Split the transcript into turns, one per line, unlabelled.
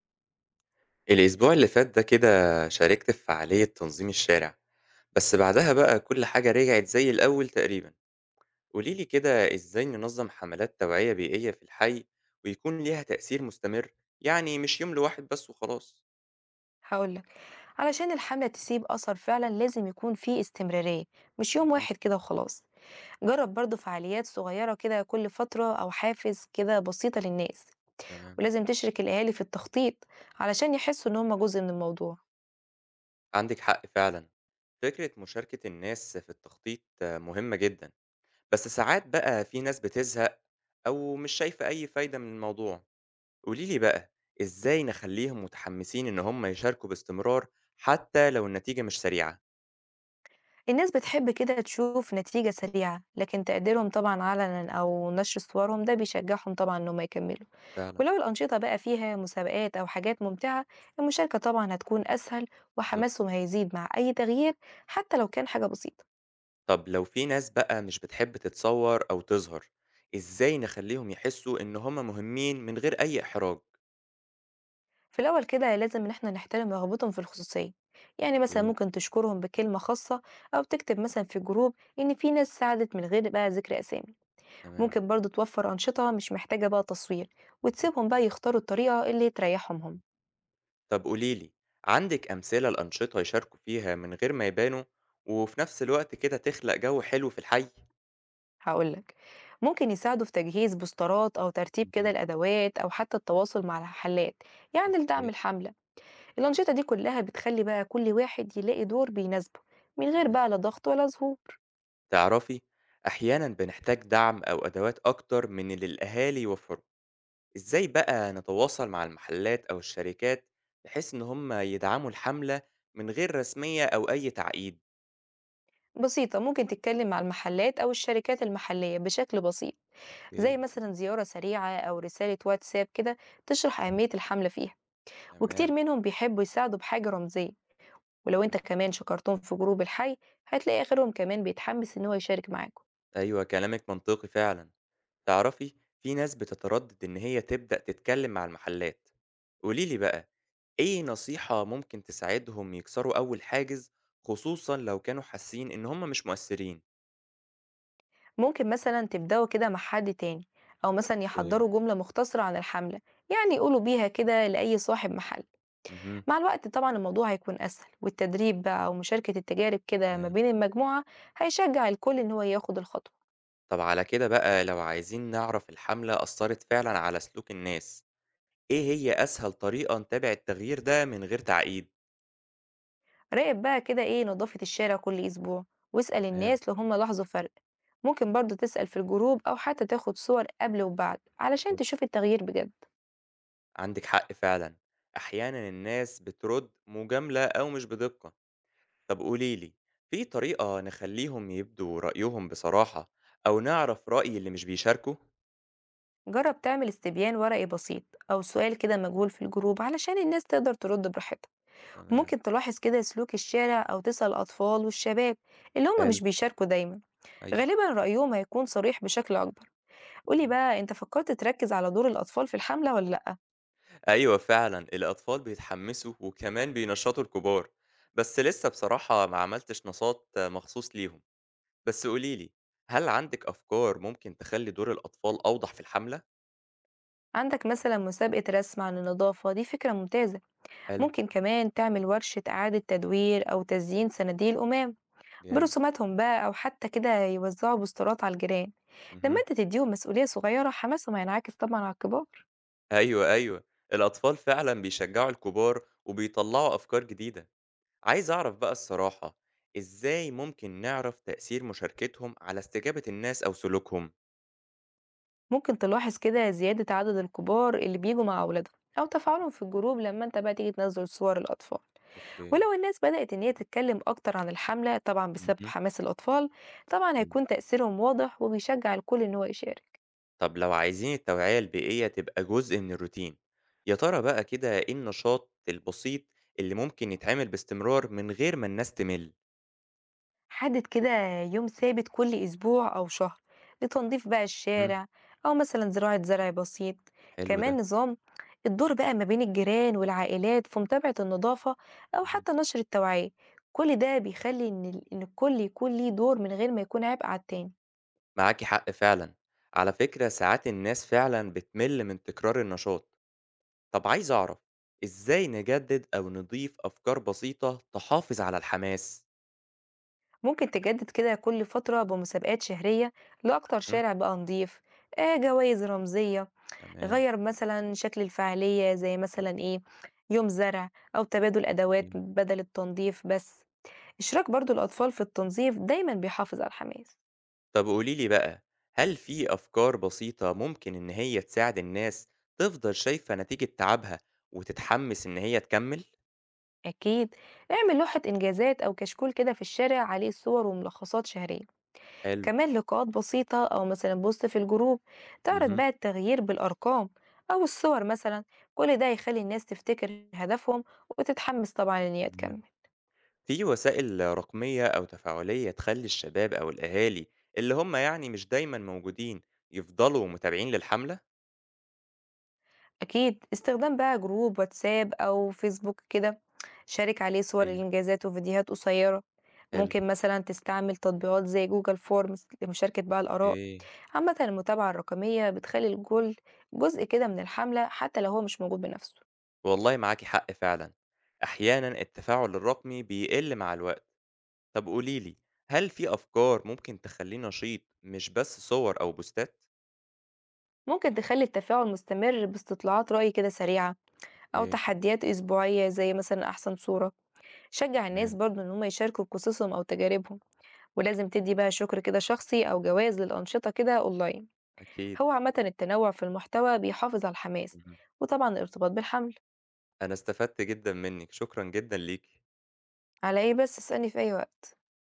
الأسبوع اللي فات ده كده شاركت في فعالية تنظيم الشارع، بس بعدها بقى كل حاجة رجعت زي الأول تقريبًا، قولي لي كده إزاي ننظم حملات توعية بيئية في الحي ويكون ليها تأثير مستمر، يعني مش يوم لواحد بس وخلاص؟
هاقول لك، علشان الحملة تسيب أثر فعلًا لازم يكون في استمرارية، مش يوم
اهم،
واحد كده وخلاص. جرّب برضه فعاليات صغيرة كده كل فترة أو حافز كده بسيطة للناس،
تمام،
ولازم تشرك الأهالي في التخطيط علشان يحسوا إن هم جزء من الموضوع.
عندِك حق فعلًا، فكرة مشاركة الناس في التخطيط آه، مهمة جدًا، بس ساعات بقى في ناس بتزهق أو مش شايفة أي فايدة من الموضوع. قولي لي بقى، إزاي نخلّيهم متحمسين إن هم يشاركوا باستمرار حتى لو النتيجة مش سريعة؟
الناس بتحب كده تشوف نتيجة سريعة، لكن تقديرهم طبعًا علنًا أو نشر صورهم ده بيشجعهم طبعًا إن هم يكملوا،
فعلًا،
ولو الأنشطة بقى فيها مسابقات أو حاجات ممتعة، المشاركة طبعًا هتكون أسهل
بالضبط.
وحماسهم هيزيد مع أي تغيير حتى لو كان حاجة بسيطة.
طب لو في ناس بقى مش بتحب تتصور أو تظهر، إزاي نخلّيهم يحسوا إن هم مهمين من غير أي إحراج؟
في الأول كده لازم إن احنا نحترم رغبتهم في الخصوصية، يعني مثلا
أوكي.
ممكن تشكرهم بكلمة خاصة أو تكتب مثلا في جروب إن في ناس ساعدت من غير بقى ذكر أسامي.
تمام.
ممكن برضو توفر أنشطة مش محتاجة بقى تصوير وتسيبهم بقى يختاروا الطريقة اللي تريحهم هم.
طب قولي لي، عندِك أمثلة لأنشطة يشاركوا فيها من غير ما يبانوا، وفي نفس الوقت كده تخلق جو حلو في الحي؟
هقولك، ممكن يساعدوا في تجهيز بوسترات أو ترتيب كده
اهم،
الأدوات أو حتى التواصل مع الحلات، يعني لدعم
أوكي،
الحملة. الأنشطة دي كلها بتخلي بقى كل واحد يلاقي دور بيناسبه من غير
تمام.
بقى لا ضغط ولا ظهور.
تعرفي أحيانا بنحتاج دعم أو أدوات أكتر من اللي الأهالي يوفروا إزاي بقى نتواصل مع المحلات أو الشركات بحيث إن هم يدعموا الحملة من غير رسمية أو أي تعقيد
بسيطة، ممكن تتكلم مع المحلات أو الشركات المحلية بشكل بسيط، زي
أوكي
مثلا زيارة سريعة أو رسالة واتساب كده تشرح أهمية الحملة فيها، وكتير
تمام
منهم بيحبوا يساعدوا بحاجة رمزية. ولو
آه.
أنت كمان شكرتهم في جروب الحي هتلاقي آخرهم كمان بيتحمس إن هو يشارك معاكم.
أيوة كلامك منطقي فعلا تعرفي في ناس بتتردد إن هي تبدأ تتكلم مع المحلات قوليلي بقى إيه نصيحة ممكن تساعدهم يكسروا أول حاجز خصوصا لو كانوا حاسين إن هم مش مؤثرين
ممكن مثلا تبدأوا كده مع حد تاني، أو مثلا
أوكي
يحضروا جملة مختصرة عن الحملة، يعني يقولوا بيها كده لأي صاحب محل.
مهم.
مع الوقت طبعا الموضوع هيكون أسهل، والتدريب بقى ومشاركة التجارب كده ما
تمام.
بين المجموعة هيشجع الكل إن هو ياخد الخطوة.
طب على كده بقى لو عايزين نعرف الحملة أثرت فعلًا على سلوك الناس، إيه هي أسهل طريقة نتابع التغيير ده من غير تعقيد؟
راقب بقى كده إيه نظافة الشارع كل أسبوع، واسأل
تمام،
الناس لو هم لاحظوا فرق. ممكن برضه تسأل في الجروب أو حتى تاخد صور قبل وبعد علشان
حلو.
تشوف التغيير بجد.
عندِك حق فعلًا، أحيانًا الناس بترد مجاملة أو مش بدقة. طب قولي لي، في طريقة نخليهم يبدوا رأيهم بصراحة أو نعرف رأي اللي مش بيشاركوا؟
جرب تعمل استبيان ورقي بسيط أو سؤال كده مجهول في الجروب علشان الناس تقدر ترد براحتها،
تمام،
وممكن تلاحظ كده سلوك الشارع أو تسأل الأطفال والشباب اللي هم
حلو،
مش بيشاركوا دايما،
أيوه،
غالبا رأيهم هيكون صريح بشكل أكبر. قولي
اهم.
بقى أنت فكرت تركز على دور الأطفال في الحملة ولا لأ؟
أيوه فعلًا، الأطفال بيتحمسوا وكمان بينشطوا الكبار، بس لسه بصراحة ما عملتش نشاط مخصوص ليهم. بس قولي لي، هل عندِك أفكار ممكن تخلّي دور الأطفال أوضح في الحملة؟
عندك مثلا مسابقة رسم عن النظافة، دي فكرة ممتازة.
حلو،
ممكن كمان تعمل ورشة إعادة تدوير أو تزيين صناديق القمام
جامد،
برسوماتهم بقى، أو حتى كده يوزعوا بوسترات على الجيران. لما
اهم،
أنت تديهم مسؤولية صغيرة حماسهم هينعكس طبعا على الكبار.
أيوه، أيوه، الأطفال فعلًا بيشجعوا الكبار وبيطلّعوا أفكار جديدة، عايز أعرف بقى الصراحة، إزاي ممكن نعرف تأثير مشاركتهم على استجابة الناس أو سلوكهم؟
ممكن تلاحظ كده زيادة عدد الكبار اللي بيجوا مع أولادهم أو تفاعلهم في الجروب لما أنت بقى تيجي تنزل صور الأطفال،
أوكي،
ولو الناس بدأت إن هي تتكلم أكتر عن الحملة طبعا بسبب
اهم.
حماس الأطفال، طبعا هيكون
أيوه.
تأثيرهم واضح وبيشجع الكل إن هو يشارك.
طب لو عايزين التوعية البيئية تبقى جزء من الروتين، يا ترى بقى كده إيه النشاط البسيط اللي ممكن يتعمل باستمرار من غير ما الناس تمِل؟
حدد كده يوم ثابت كل أسبوع أو شهر لتنظيف بقى
إمم،
الشارع، أو مثلا زراعة زرع بسيط.
حلو ده.
كمان نظام الدور بقى ما بين الجيران والعائلات في متابعة النظافة أو
اهم.
حتى نشر التوعية، كل ده بيخلي إن الكل يكون ليه دور من غير ما يكون عبء على التاني.
معاكِ حق فعلًا. على فكرة ساعات الناس فعلًا بتمل من تكرار النشاط. طب عايز أعرف، إزاي نجدد أو نضيف أفكار بسيطة تحافظ على الحماس؟
ممكن تجدد كده كل فترة بمسابقات شهرية لأكتر
إمم.
شارع بقى نضيف، آه جوائز رمزية،
تمام.
غير مثلا شكل الفعالية، زي مثلا إيه، يوم زرع أو تبادل أدوات
مم.
بدل التنظيف بس. اشراك برضو الأطفال في التنظيف دايما بيحافظ على الحماس.
طب قولي لي بقى، هل في أفكار بسيطة ممكن إن هي تساعد الناس تفضل شايفة نتيجة تعبها وتتحمس إن هي تكمّل؟
أكيد، اعمل لوحة إنجازات أو كشكول كده في الشارع عليه صور وملخصات شهرية.
حلو.
كمان لقاءات بسيطة أو مثلا بوست في الجروب تعرض
اهم.
بقى التغيير بالأرقام أو الصور مثلا، كل ده يخلي الناس تفتكر هدفهم وتتحمس طبعا إن هي
تمام.
تكمل.
في وسائل رقمية أو تفاعلية تخلي الشباب أو الأهالي اللي هم يعني مش دايما موجودين يفضلوا متابعين للحملة؟
أكيد، استخدام بقى جروب واتساب أو فيسبوك كده، شارك عليه صور
ايوه
الإنجازات وفيديوهات قصيرة.
حلو
ممكن مثلا تستعمل تطبيقات زي جوجل فورمز لمشاركة بقى الآراء،
اوكي
عامة المتابعة الرقمية بتخلي الكل جزء كده من الحملة حتى لو هو مش موجود بنفسه.
والله معاكي حق فعلا أحيانا التفاعل الرقمي بيقل مع الوقت طب قوليلي هل في أفكار ممكن تخليه نشيط مش بس صور أو بوستات؟
ممكن تخلي التفاعل مستمر باستطلاعات رأي كده سريعة أو
اوكي
تحديات أسبوعية زي مثلا أحسن صورة. شجع الناس
تمام
برضو إن هم يشاركوا قصصهم أو تجاربهم، ولازم تدي بقى شكر كده شخصي أو جواز للأنشطة كده أونلاين.
أكيد
هو عامة التنوع في المحتوى بيحافظ على الحماس،
مهم.
وطبعا الارتباط بالحمل.
أنا استفدت جدا منك شكرا جدا ليكي
على إيه بس، اسألني في أي وقت.